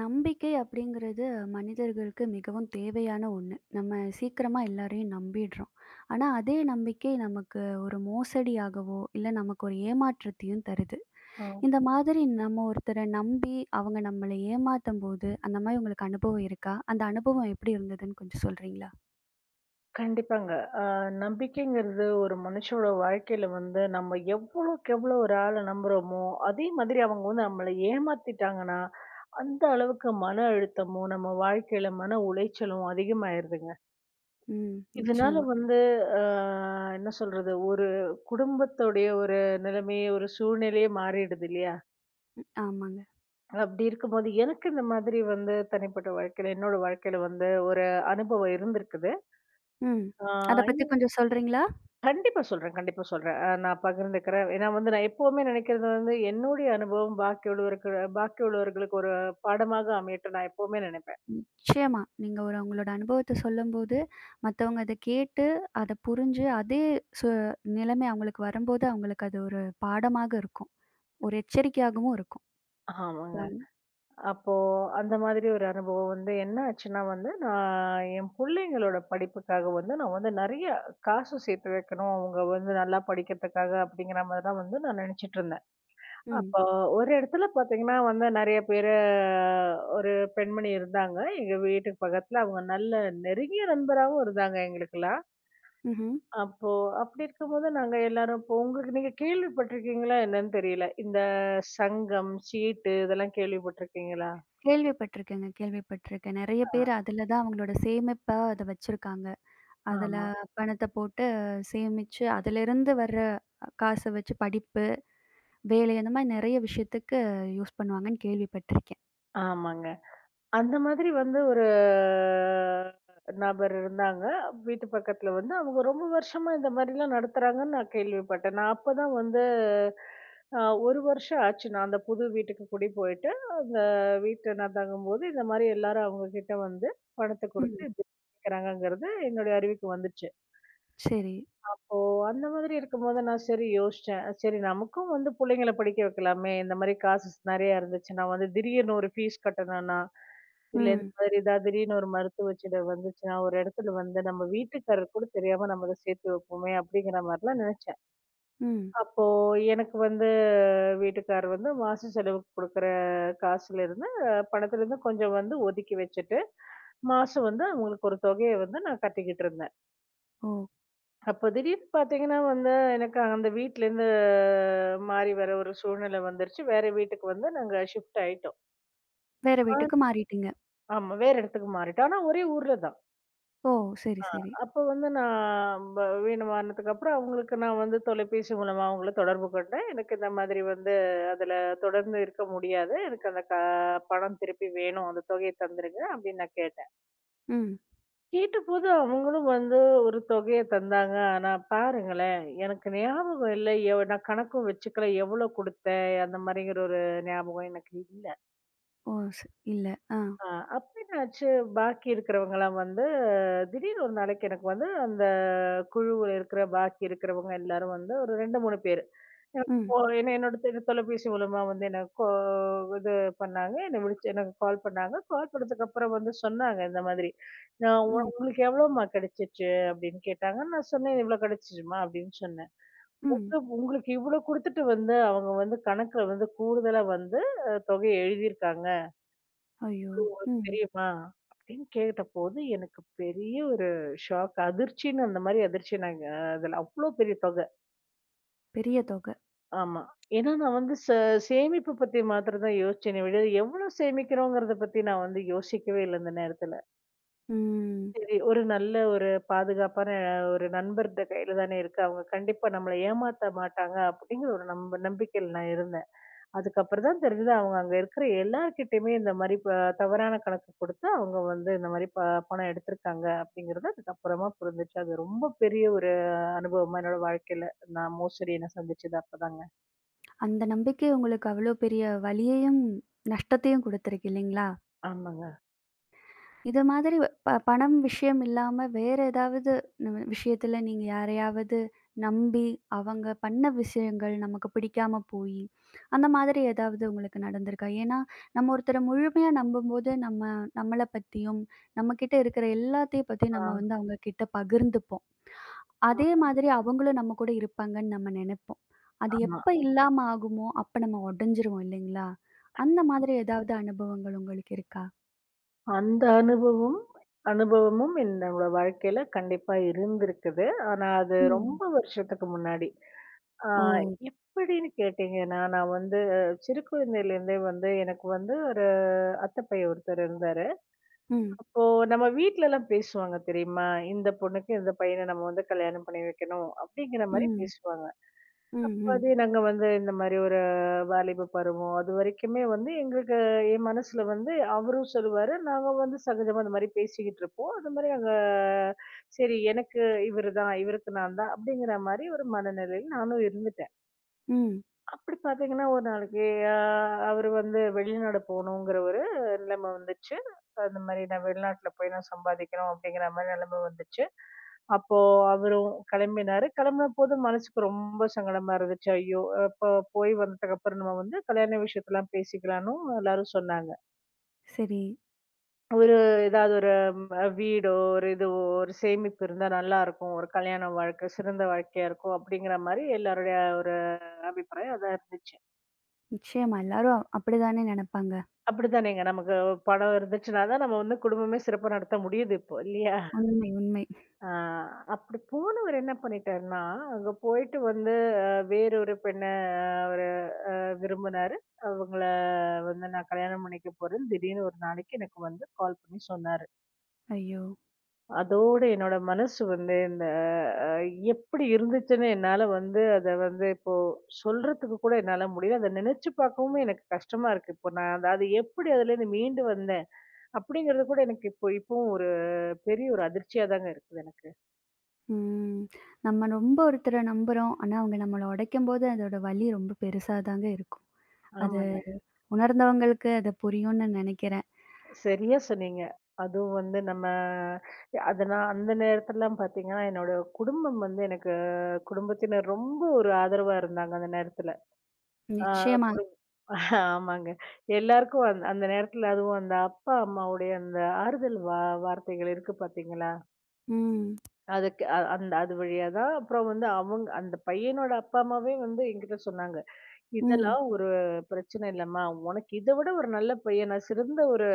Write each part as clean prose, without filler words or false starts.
நம்பிக்கை அப்படிங்கிறது மனிதர்களுக்கு மிகவும் தேவையான ஒண்ணு. நம்ம சீக்கிரமா எல்லாரையும் நம்பிடுறோம். ஆனா, அதே நம்பிக்கை நமக்கு ஒரு மோசடியாகவோ, இல்ல நமக்கு ஒரு ஏமாற்றத்தையும் தருது. ஆ, இந்த மாதிரி நம்ம ஒருத்தர நம்பி அவங்க நம்மள ஏமாத்தும்போது, அந்த மாரி உங்களுக்கு அனுபவம் இருக்கா? அந்த அனுபவம் எப்படி இருந்ததுன்னு கொஞ்சம் சொல்றீங்களா? கண்டிப்பாங்க. அ நம்பிக்கைங்கிறது ஒரு மனுஷனோட வாழ்க்கையில வந்து நம்ம எவ்வளோக்கு எவ்வளோ ஒரு ஆள நம்புறோமோ, அதே மாதிரி அவங்க வந்து நம்மள ஏமாத்திட்டாங்கன்னா, அந்த அளவுக்கு மன அழுத்தமும், நம்ம வாழ்க்கையில மன உளைச்சலும் அதிகமாயிருதுங்க. ம். இதனால நிச்சயமா. வந்து அ என்ன சொல்றது, ஒரு குடும்பத்துடைய ஒரு நிலைமையே, ஒரு சூழ்நிலையே மாறிடுது இல்லையா? ஆமாங்க. அப்படி இருக்கும்போது எனக்கு இந்த மாதிரி வந்து தனிப்பட்ட வாழ்க்கையில, என்னோட வாழ்க்கையில வந்து ஒரு அனுபவம் இருந்திருக்குது. ம். ஆ அத பத்தி கொஞ்சம் சொல்றீங்களா? கண்டிப்பா சொல்றேன், கண்டிப்பா சொல்றேன். நான் பகிர்ந்துக்கிறேன். ஏன்னா வந்து நான் எப்பவுமே நினைக்கிறது வந்து, என்னுடைய அனுபவம் பாக்கி உள்ளவர்களுக்கு ஒரு பாடமாக அமையட்டும்னு நான் எப்பவுமே நினைப்பேன். நிச்சயமா. நீங்க ஒரு உங்களோட அனுபவத்த சொல்லும்போது, மத்தவங்க அத கேட்டு, அத புரிஞ்சு, அதே சு நிலைமை அவங்களுக்கு வரும்போது, அவங்களுக்கு அது ஒரு பாடமாக இருக்கும். ஒரு எச்சரிக்கையாகவும் இருக்கும். ஆமாங்க. ஆமா. அப்போ அந்த மாதிரி ஒரு அனுபவம் வந்து என்ன ஆச்சுன்னா வந்து, நான் என் பிள்ளைங்களோட படிப்புக்காக வந்து நான் வந்து நெறைய காசு சேர்த்து வைக்கணும். அவங்க வந்து நல்லா படிக்கிறதுக்காக அப்படிங்கிற மாரி தான் வந்து நான் நினைச்சிட்டு இருந்தேன். ம். அப்போ ஒரு இடத்துல பார்த்தீங்கன்னா வந்து நெறைய பேரு ஒரு பெண்மணி இருந்தாங்க. எங்க வீட்டுக்கு பக்கத்துல. அவங்க நல்ல நெருங்கிய நண்பராவும் இருந்தாங்க எங்களுக்கெல்லாம். ம்ஹ்ம். அப்போ அப்படி இருக்கும்போது நாங்க எல்லாரும் இப்போ உங்களுக்கு நீங்க கேள்விப்பட்டிருக்கீங்களா என்னன்னு தெரியல. இந்த சங்கம், சீட்டு இதெல்லாம் கேள்விப்பட்டிருக்கீங்களா? கேள்விப்பட்டிருக்கேங்க, கேள்விப்பட்டிருக்கேன். நெறைய ஆ பேர் அதுல தான் அவங்களோட சேமிப்பா அத வச்சிருக்காங்க. அதுல ஆமா. பணத்த போட்டு சேமிச்சு, அதுலருந்து வர்ற காச வச்சு படிப்பு, வேலை அந்த மாரி நெறைய விஷயத்துக்கு யூஸ் பண்ணுவாங்கன்னு கேள்விப்பட்டிருக்கேன். ஆமாங்க. அந்த மாதிரி வந்து ஒரு நபர் இருந்தாங்க. வீட்டு பக்கத்துல வந்து அவங்க ரொம்ப வருஷமா இந்த மாரிலாம் நடத்துறாங்கன்னு நான் கேள்விப்பட்டேன். நான் அப்பதான் வந்து அ 1 வருஷம் ஆச்சு நான் அந்த புது வீட்டுக்கு குடி போயிட்டு, அந்த வீட்ல நான் தங்கும்போது இந்த மாரி எல்லாரும் அவங்க கிட்ட வந்து பணத்த ம். குடுத்து இப்டி கேக்குறாங்கங்கிறது என்னுடைய அறிவுக்கு வந்துச்சு. சரி. அப்போ அந்த மாதிரி இருக்கும்போது நான் சரி யோசிச்சேன். சரி நமக்கும் வந்து புள்ளைங்கள படிக்க வைக்கலாமே! இந்த மாரி காசு நெறையா இருந்துச்சுன்னா வந்து திடீர்னு ஒரு ஃபீஸ் கட்டணும்னா இல்ல இந்த ம். மாதிரி ஏதாவது திடீர்னு ஒரு மருத்துவ செலவு வந்துச்சுன்னா, ஒரு இடத்துல வந்து நம்ம வீட்டுக்காரருக்கு கூட தெரியாம நம்ம அத சேர்த்து வைப்போமே! அப்படிங்கிற மாரிலாம் நினைச்சேன். ம். அப்போ எனக்கு வந்து வீட்டுக்காரர் வந்து மாச செலவுக்கு குடுக்குற காசுலேருந்து, பணத்துலேருந்து கொஞ்சம் வந்து ஒதுக்கி வச்சுட்டு, மாசம் வந்து அவங்களுக்கு ஒரு தொகைய வந்து நான் கட்டிக்கிட்டு இருந்தேன். ஓ! அப்போ திடீர்னு பார்த்தீங்கன்னா வந்து, எனக்கு அந்த வீட்லேருந்து மாறி வர ஒரு சூழ்நிலை வந்துருச்சு. வேற வீட்டுக்கு வந்து நாங்க ஷிஃப்ட் ஆயிட்டோம். வேற ஆ- வீட்டுக்கு மாறிட்டீங்க. ஆமா. வேற இடத்துக்கு மாறிட்டோம். ஆனா ஒரே ஊர்ல தான். ஓ! சரி, ஆ, சரி. அப்ப வந்து நான் வீணமானதுக்கு அப்புறம் அவங்களுக்கு நான் வந்து தொலைபேசி மூலமா அவங்கள தொடர்பு கொண்டேன். எனக்கு இந்த மாதிரி வந்து அதுல தொடர்ந்து இருக்க முடியாது. எனக்கு அந்த பணம் திருப்பி வேணும். அந்த தொகைய தந்துருங்க அப்படின்னு நான் கேட்டேன். ம். கேட்டபோது அவங்களும் வந்து ஒரு தொகைய தந்தாங்க. ஆனா பாருங்களேன், எனக்கு ஞாபகம் இல்ல. நான் கணக்கும் வச்சுக்கல. எவ்வளோ குடுத்தேன்? அந்த மாதிரிங்கிற ஒரு ஞாபகம் எனக்கு இல்ல. ஓ! இல்ல. ஆ. ஆ அப்ப என்னாச்சு, பாக்கி இருக்கிறவங்கலாம் வந்து திடீர்னு ஒரு நாளைக்கு எனக்கு வந்து அந்த குழுவுல இருக்கிற பாக்கி இருக்கிறவங்க எல்லாரும் வந்து ஒரு 2, 3 பேரு. எனக்கு ம். என்ன என்னோட தொலைபேசி மூலமா வந்து என்ன இது பண்ணாங்க. என்ன விளிச்சு எனக்கு கால் பண்ணாங்க. கால் பண்ணதுக்கப்புறம் வந்து சொன்னாங்க இந்த மாதிரி. நான் ம். "உங்களுக்கு எவ்வளோம்மா கிடைச்சுச்சு?" அப்படின்னு கேட்டாங்க. நான் சொன்னேன், "இவ்ளோ கிடைச்சுச்சும்மா" அப்படின்னு சொன்னேன். ம். "உங்களுக்கு இவ்ளோ குடுத்துட்டு வந்து அவங்க வந்து கணக்குல வந்து கூடுதலா வந்து தொகைய எழுதியிருக்காங்க. ஐயோ! ம். தெரியுமா?" அப்படின்னு கேட்டபோது எனக்கு பெரிய ஒரு ஷாக். அதிர்ச்சின்னு அந்த மாரி அதிர்ச்சி நாங்க அதுல அவ்ளோ பெரிய தொகை. பெரிய தொகை. ஆமா. ஏன்னா நான் வந்து சேமிப்பு பத்தி மாத்திரம் தான் யோசிச்சேனே ஒழிய, எவ்ளோ சேமிக்கிறோங்கிறத பத்தி நான் வந்து யோசிக்கவே இல்ல அந்த நேரத்துல. ம். சரி ஒரு நல்ல ஒரு பாதுகாப்பான ஒரு நண்பர்ட்ட கையில தானே இருக்கு. அவங்க கண்டிப்பா நம்மள ஏமாத்த மாட்டாங்க அப்படிங்கிற ஒரு நம்பிக்கையில நான் இருந்தேன். அதுக்கப்புறம் தான் தெரிஞ்சது அவங்க அங்க இருக்கிற எல்லார்கிட்டயுமே இந்த மாரி தவறான கணக்கு குடுத்து அவங்க வந்து இந்த மாரி பணம் எடுத்திருக்காங்க அப்படிங்கிறது அதுக்கப்புறமா புரிஞ்சுச்சு. அது ரொம்ப பெரிய ஒரு அனுபவமா என்னோட வாழ்க்கையில நான் மோசடிய நான் சந்திச்சது அப்பதாங்க. அந்த நம்பிக்கை உங்களுக்கு அவ்ளோ பெரிய வலியையும், நஷ்டத்தையும் குடுத்திருக்கு இல்லைங்களா? ஆமாங்க. இது மாதிரி பணம் விஷயம் இல்லாம வேற ஏதாவது ந விஷயத்துல நீங்க யாரையாவது நம்பி, அவங்க பண்ண விஷயங்கள் நமக்கு பிடிக்காம போயி, அந்த மாதிரி ஏதாவது உங்களுக்கு நடந்திருக்கா? ஏன்னா, நம்ம ஒருத்தர முழுமையா நம்பும்போது, நம்ம நம்மள பத்தியும், நம்மகிட்ட இருக்கிற எல்லாத்தையும் பத்தி ஆ. நம்ம வந்து அவங்க கிட்ட பகிர்ந்துப்போம். அதே அ மாதிரி அவங்களும் நம்ம கூட இருப்பாங்கன்னு நம்ம நெனைப்போம். அது ஆமா. எப்ப இல்லாம ஆகுமோ, அப்ப நம்ம உடைஞ்சிருவோம் இல்லைங்களா? அந்த மாதிரி ஏதாவது அனுபவங்கள் உங்களுக்கு இருக்கா? அந்த அனுபவம் அனுபவமும் என்னோட வாழ்க்கையில கண்டிப்பா இருந்திருக்குது. ஆனா அது ம். ரொம்ப வருஷத்துக்கு முன்னாடி. ஆ ஓ! எப்படின்னு கேட்டீங்கன்னா, நான் வந்து சிறு குழந்தையிலேருந்தே வந்து எனக்கு வந்து ஒரு அத்தை பையன் ஒருத்தர் இருந்தாரு. ம். அப்போ நம்ம வீட்லலாம் பேசுவாங்க தெரியுமா? இந்த பொண்ணுக்கு இந்த பையன நம்ம வந்து கல்யாணம் பண்ணி வைக்கணும், அப்படிங்கிற மாரி ம். பேசுவாங்க. ம், அப்ப ம், அதே நாங்க வந்து இந்த மாரி ஒரு வாலிப பருவம். அதுவரைக்குமே வந்து எங்களுக்கு என் மனசுல வந்து அவரும் சொல்லுவாரு. நாங்க வந்து சகஜமா இந்த மாரி பேசிக்கிட்டு இருப்போம். அது மாரி நாங்க சரி எனக்கு இவரு தான், இவருக்கு நான் தான் அப்படிங்கிற மாரி ஒரு மனநிலையில நானும் இருந்துட்டேன். ம். அப்படி பார்த்தீங்கன்னா, ஒரு நாளைக்கு அ அவரு வந்து வெளிநாடு போணுங்கிற ஒரு நிலைமை வந்துச்சு. அந்த மாரி நான் வெளிநாட்ல போய் நான் சம்பாதிக்கணும் அப்படிங்கிற மாரி நிலைமை வந்துச்சு. அப்போ அவரும் கிளம்பினாரு. கிளம்பினபோது மனசுக்கு ரொம்ப சங்கடமா இருந்துச்சு. ஐயோ! அப்போ போய் வந்ததுக்கப்புறம் நம்ம வந்து கல்யாண விஷயத்தலாம் பேசிக்கலான்னும் எல்லாரும் சொன்னாங்க. சரி. ஒரு ஏதாவது ஒரு வீடோ, ஒரு இதுவோ, ஒரு சேமிப்பு இருந்தா நல்லாருக்கும். ஒரு கல்யாண வாழ்க்கை சிறந்த வாழ்க்கையா இருக்கும் அப்படிங்கிற மாரி எல்லாருடைய ஒரு அபிப்பிராயம் அதான் இருந்துச்சு. நிச்சயமா. எல்லாரும் அப்படிதானே நெனப்பாங்க. அப்படித்தானேங்க. நமக்கு பணம் இருந்துச்சுன்னா தான், நம்ம வந்து குடும்பமே சிறப்பா நடத்த முடியுது இப்போ இல்லையா? உண்மை, உண்மை. ஆ அப்படி போனவர் என்ன பண்ணிட்டாருன்னா, அங்க போயிட்டு வந்து அ வேறொரு பெண்ண அவரு அ விரும்பினாரு. அவங்கள வந்து நான் கல்யாணம் பண்ணிக்க போறேன்னு திடீர்னு ஒரு நாளைக்கு எனக்கு வந்து கால் பண்ணி சொன்னாரு. ஐயோ! அதோட என்னோட மனசு வந்து இந்த அ எப்படி இருந்துச்சுன்னு என்னால வந்து அத வந்து இப்போ சொல்றதுக்கு கூட என்னால முடியல. அத நினைச்சு பார்க்கவும் எனக்கு கஷ்டமா இருக்கு. இப்போ நான் அதாவது எப்படி அதுலேருந்து மீண்டு வந்தேன்? அப்படிங்கிறது கூட எனக்கு இப்போ இப்பவும் ஒரு பெரிய ஒரு அதிர்ச்சியா தாங்க இருக்குது எனக்கு. ம். நம்ம ரொம்ப ஒருத்தர நம்புறோம். ஆனா, அவங்க நம்மள உடைக்கும்போது அதோட வலி ரொம்ப பெருசா தாங்க இருக்கும். அது ஆமாங்க. உணர்ந்தவங்களுக்கு அது புரியும்னு நெனைக்கிறேன். சரியா சொன்னீங்க. அதுவும் வந்து நம்ம அது நான் அந்த நேரத்துலலாம் பார்த்தீங்கன்னா, என்னோட குடும்பம் வந்து எனக்கு குடும்பத்தினர் ரொம்ப ஒரு ஆதரவா இருந்தாங்க அந்த நேரத்துல. ஆ நிச்சயமா. குடு ஆமாங்க. எல்லாருக்கும் அந்த அந்த நேரத்துல அதுவும் அந்த அப்பா, அம்மாவுடைய அந்த ஆறுதல் வார்த்தைகள் இருக்கு பார்த்தீங்களா? ம், அதுக்கு அந்த அது வழியா தான் அப்புறம் வந்து அவங்க அந்த பையனோட அப்பா அம்மாவே வந்து என்கிட்ட சொன்னாங்க. ம். "இதெல்லாம் ஒரு பிரச்சனை இல்லம்மா. உனக்கு இத விட ஒரு நல்ல பையனா, சிறந்த ஒரு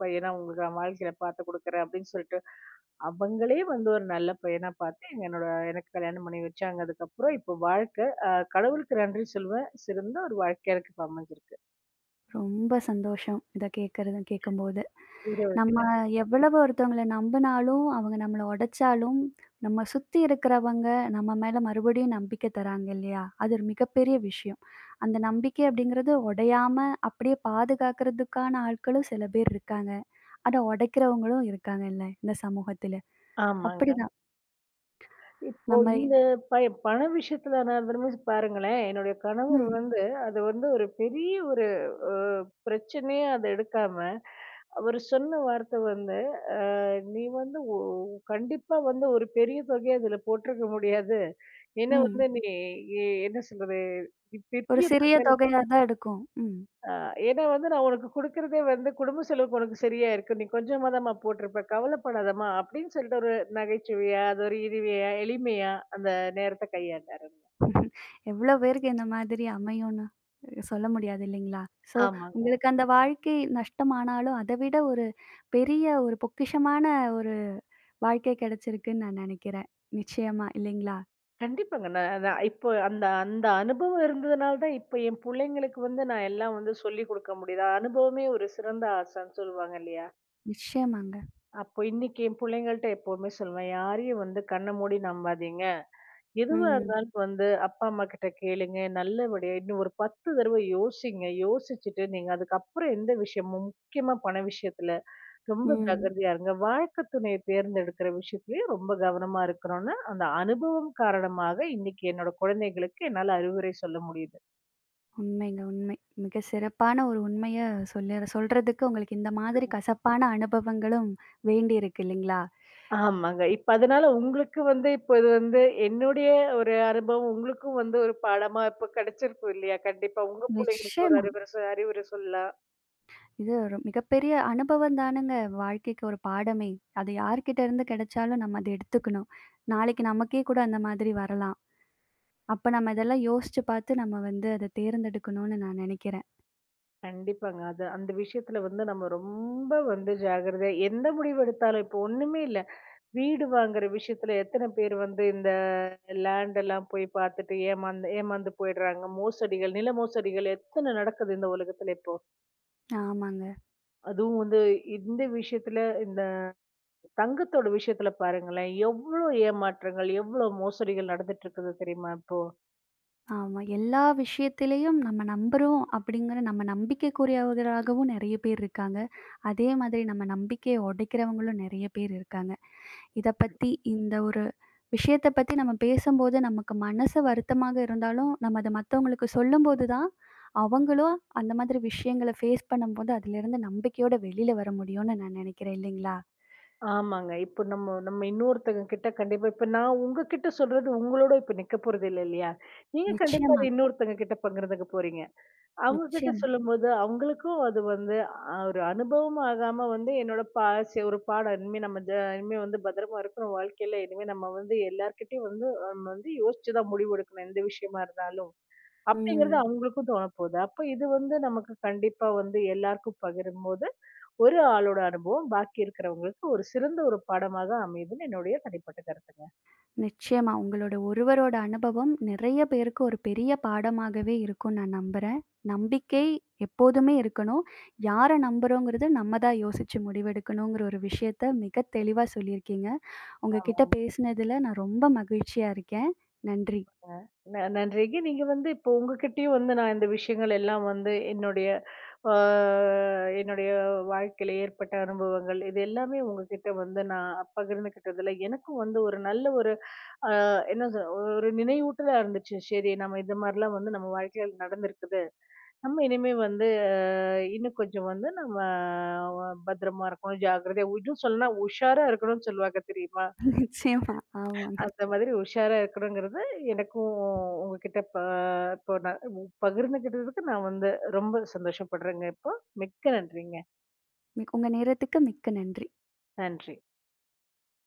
பையனா உங்களுக்கு நான் வாழ்க்கையில பார்த்து குடுக்குறேன்" அப்படின்னு சொல்லிட்டு, அவங்களே வந்து ஒரு நல்ல பையனா பார்த்து என்னோட எனக்கு கல்யாணம் பண்ணி வச்சாங்க. அதுக்கப்புறம் இப்போ வாழ்க்கை கடவுளுக்கு நன்றி சொல்லுவேன். சிறந்த ஒரு வாழ்க்கையா எனக்கு இப்ப அமைஞ்சிருக்கு. ரொம்ப சந்தோஷம். இத கேட்கறது கேட்கும்போது. நம்ம இருபது எவ்வளவு ஒருத்தவங்கள நம்புனாலும், அவங்க நம்மள உடைச்சாலும், நம்ம சுத்தி இருக்கிறவங்க நம்ம மேல மறுபடியும் நம்பிக்கை தராங்க இல்லையா? அது ஒரு மிகப்பெரிய விஷயம். அந்த நம்பிக்கை அப்படிங்கிறது உடையாம அப்படியே பாதுகாக்கிறதுக்கான ஆட்களும் சில பேர் இருக்காங்க. அத உடைக்கிறவங்களும் இருக்காங்கல்ல இந்த சமூகத்தில. ஆமாங்க. அப்படிதான் இப்போ நம்ம இந்த பண விஷயத்துல நான் திரும்ப பாருங்களேன், என்னுடைய கணவர் ம், வந்து அது வந்து ஒரு பெரிய ஒரு அ பிரச்சனையா அத எடுக்காம, அவரு சொன்ன வார்த்தை வந்து, "அ நீ வந்து கண்டிப்பா வந்து ஒரு பெரிய தொகைய அதுல போட்டிருக்க முடியாது. ஏன்னா ம். வந்து நீ எ என்ன சொல்றது? நீ ஒரு பெரிய சிறிய தொகை" தொகையா தான் எடுக்கும். ம். ஆ, ஏன்னா வந்து நான் உனக்கு குடுக்குறதே வந்து குடும்ப செலவுக்கு உனக்கு சரியா இருக்கு. நீ கொஞ்சமாதாம்மா போட்டிருப்ப. கவலைப்படாதம்மா அப்படின்னு சொல்லிட்டு ஒரு நகைச்சுவையா, அது ஒரு இதுவையா, எளிமையா அந்த நேரத்த கையாண்டாரு. எவ்வளோ பேருக்கு இந்த மாதிரி அமையும்னு சொல்ல முடியாது இல்லைங்களா? ஸோ, ஆமாங்க. உங்களுக்கு அந்த வாழ்க்கை நஷ்டமானாலும், அத விட ஒரு பெரிய ஒரு பொக்கிஷமான ஒரு வாழ்க்கை கிடைச்சிருக்குன்னு நான் நினைக்கிறேன். நிச்சயமா இல்லைங்களா? கண்டிப்பாங்க. நான் அதான் இப்போ அந்த அந்த அனுபவம் இருந்ததுனால தான் இப்ப என் புள்ளைங்களுக்கு வந்து நான் எல்லாம் வந்து சொல்லிக் குடுக்க முடியுது. அனுபவமே ஒரு சிறந்த ஆசான்னு சொல்லுவாங்க இல்லையா? நிச்சயமாங்க. அப்போ இன்னைக்கு என் புள்ளைங்கள்ட்ட எப்பவுமே சொல்லுவேன். யாரையும் வந்து கண்ண மூடி நம்பாதீங்க. எதுவா ம், இருந்தாலும் வந்து அப்பா, அம்மா கிட்ட கேளுங்க. நல்லபடியா இன்னும் ஒரு 10 தடவ யோசிங்க. யோசிச்சுட்டு நீங்க அதுக்கப்புறம் எந்த விஷயமும் முக்கியமா பண விஷயத்துல ரொம்ப ம். ஜாக்கிரதையா இருங்க. வாழ்க்கை துணைய தேர்ந்தெடுக்கிற விஷயத்துலயும் ரொம்ப கவனமா இருக்கணும்னு, அந்த அனுபவம் காரணமாக இன்னைக்கு என்னோட குழந்தைகளுக்கு என்னால அறிவுரை சொல்ல முடியுது. உண்மைங்க, உண்மை. மிக சிறப்பான ஒரு உண்மைய சொல்ல சொல்றதுக்கு உங்களுக்கு இந்த மாதிரி கசப்பான அனுபவங்களும் வேண்டியிருக்கு இல்லைங்களா? ஆமாங்க. இப்ப அதனால உங்களுக்கு வந்து இப்ப இது வந்து என்னுடைய ஒரு அனுபவம் உங்களுக்கும் வந்து ஒரு பாடமா இப்ப கிடைச்சிருக்கும் இல்லையா? கண்டிப்பா உங்க பிள்ளைங்களுக்கு ஒரு நிச்சயமா. அறிவுரை அறிவுரை சொல்லலாம். இது ஒரு மிகப்பெரிய அனுபவம் தானங்க. வாழ்க்கைக்கு ஒரு பாடமே. அது யார்கிட்ட இருந்து கிடைச்சாலும் நம்ம அத எடுத்துக்கணும். நாளைக்கு நமக்கே கூட அந்த மாதிரி வரலாம். அப்ப நம்ம இதெல்லாம் யோசிச்சு பார்த்து நம்ம வந்து அத தேர்ந்தெடுக்கணும்னு நான் நெனைக்கிறேன். கண்டிப்பாங்க. அது அந்த விஷயத்துல வந்து நம்ம ரொம்ப வந்து ஜாக்கிரதையா எந்த முடிவு எடுத்தாலும் இப்போ ஒண்ணுமே இல்ல. வீடு வாங்குற விஷயத்துல எத்தன பேர் வந்து இந்த லேண்ட் எல்லாம் போய் பார்த்துட்டு ஏமாந்து ஏமாந்து போயிடுறாங்க. மோசடிகள், நில மோசடிகள் எத்தன நடக்குது இந்த உலகத்துல இப்போ. ஆமாங்க. அதுவும் வந்து இந்த விஷயத்துல இந்த தங்கத்தோட விஷயத்துல பாருங்களேன். எவ்ளோ ஏமாற்றங்கள், எவ்ளோ மோசடிகள் நடந்துட்டு இருக்குது தெரியுமா இப்போ? ஆமா. எல்லா விஷயத்திலயும் நம்ம நம்புறோம் அப்படிங்கிற நம்ம நம்பிக்கைக்குரியவர்களாகவும் நெறைய பேர் இருக்காங்க. அதே மாதிரி நம்ம நம்பிக்கைய உடைக்கிறவங்களும் நெறைய பேர் இருக்காங்க. இத பத்தி இந்த ஒரு விஷயத்த பத்தி நம்ம பேசும்போது, நமக்கு மனசு வருத்தமாக இருந்தாலும், நம்ம அத மத்தவங்களுக்கு சொல்லும்போது தான், அவங்களும் அந்த மாதிரி விஷயங்கள ஃபேஸ் பண்ணும்போது, அதிலிருந்து நம்பிக்கையோட வெளில வர முடியும்னு நான் நெனைக்கிறேன் இல்லைங்களா? ஆமாங்க. இப்போ நம்ம நம்ம இன்னொருத்தங்க கிட்ட கண்டிப்பா இப்ப நான் உங்ககிட்ட சொல்றது உங்களோட இப்ப நிக்க போறதில்ல இல்லையா? நீங்க கண்டிப்பா நிச்சயமா, அத இன்னொருத்தங்க கிட்ட பகிர்ந்துக்க போறீங்க. அவங்க கிட்ட நிச்சயம். சொல்லும்போது, அவங்களுக்கும் அது வந்து ஒரு அனுபவம் ஆகாம வந்து என்னோட ஒரு பாடம். இனிமே நம்ம இனிமே வந்து பத்திரமா இருக்கணும் வாழ்க்கையில. இனிமே நம்ம வந்து எல்லார்கிட்டயும் வந்து நம்ம வந்து யோசிச்சு தான் முடிவு எடுக்கணும். எந்த விஷயமா இருந்தாலும். அப்படிங்கிறது ம். அவங்களுக்கும் தோணப்போகுது. அப்ப இது வந்து நமக்கு கண்டிப்பா வந்து எல்லாருக்கும் பகிரும்போது ஒரு ஆளோட அனுபவம் பாக்கி இருக்கிறவங்களுக்கு ஒரு சிறந்த ஒரு பாடமாக அமையுதுன்னு என்னுடைய தனிப்பட்ட கருத்துங்க. நிச்சயமா. உங்களோட ஒருவரோட அனுபவம் நெறைய பேருக்கு ஒரு பெரிய பாடமாகவே இருக்கும்னு நான் நம்புறேன். நம்பிக்கை எப்போதுமே இருக்கணும். யார நம்புறோங்கிறது நம்ம தான் யோசிச்சு முடிவெடுக்கணுங்கிற ஒரு விஷயத்த மிக தெளிவா சொல்லியிருக்கீங்க. உங்ககிட்ட ஆமா. பேசினதுல நான் ரொம்ப மகிழ்ச்சியா இருக்கேன். நன்றி. நன்றிங்க. நீங்க வந்து இப்போ உங்ககிட்டயும் வந்து நான் இந்த விஷயங்கள் எல்லாம் வந்து என்னுடைய ஆ என்னுடைய வாழ்க்கையில ஏற்பட்ட அனுபவங்கள் இது எல்லாமே உங்ககிட்ட வந்து நான் பகிர்ந்துக்கிட்டதுல எனக்கும் வந்து ஒரு நல்ல ஒரு ஆ என்ன சொ ஒரு நினைவூட்டலா இருந்துச்சு. சரி நம்ம இந்த மாரிலாம் வந்து நம்ம வாழ்க்கையில நடந்திருக்குது. நம்ம இனிமே வந்து இன்னும் கொஞ்சம் வந்து நம்ம பத்திரமா இருக்கணும், ஜாக்கிரதையா இன்னும் சொல்லணும்னா உஷாரா இருக்கணும்னு சொல்லுவாங்க தெரியுமா? நிச்சயமா. ஆமாங்க. அந்த மாதிரி உஷாரா இருக்கணுங்கிறது எனக்கும் உங்ககிட்ட இப்போ நான் பகிர்ந்துக்கிட்டதுக்கு நான் வந்து ரொம்ப சந்தோஷப்படுறேங்க இப்போ. மிக்க நன்றிங்க. உங்க நேரத்துக்கு மிக்க நன்றி. நன்றி.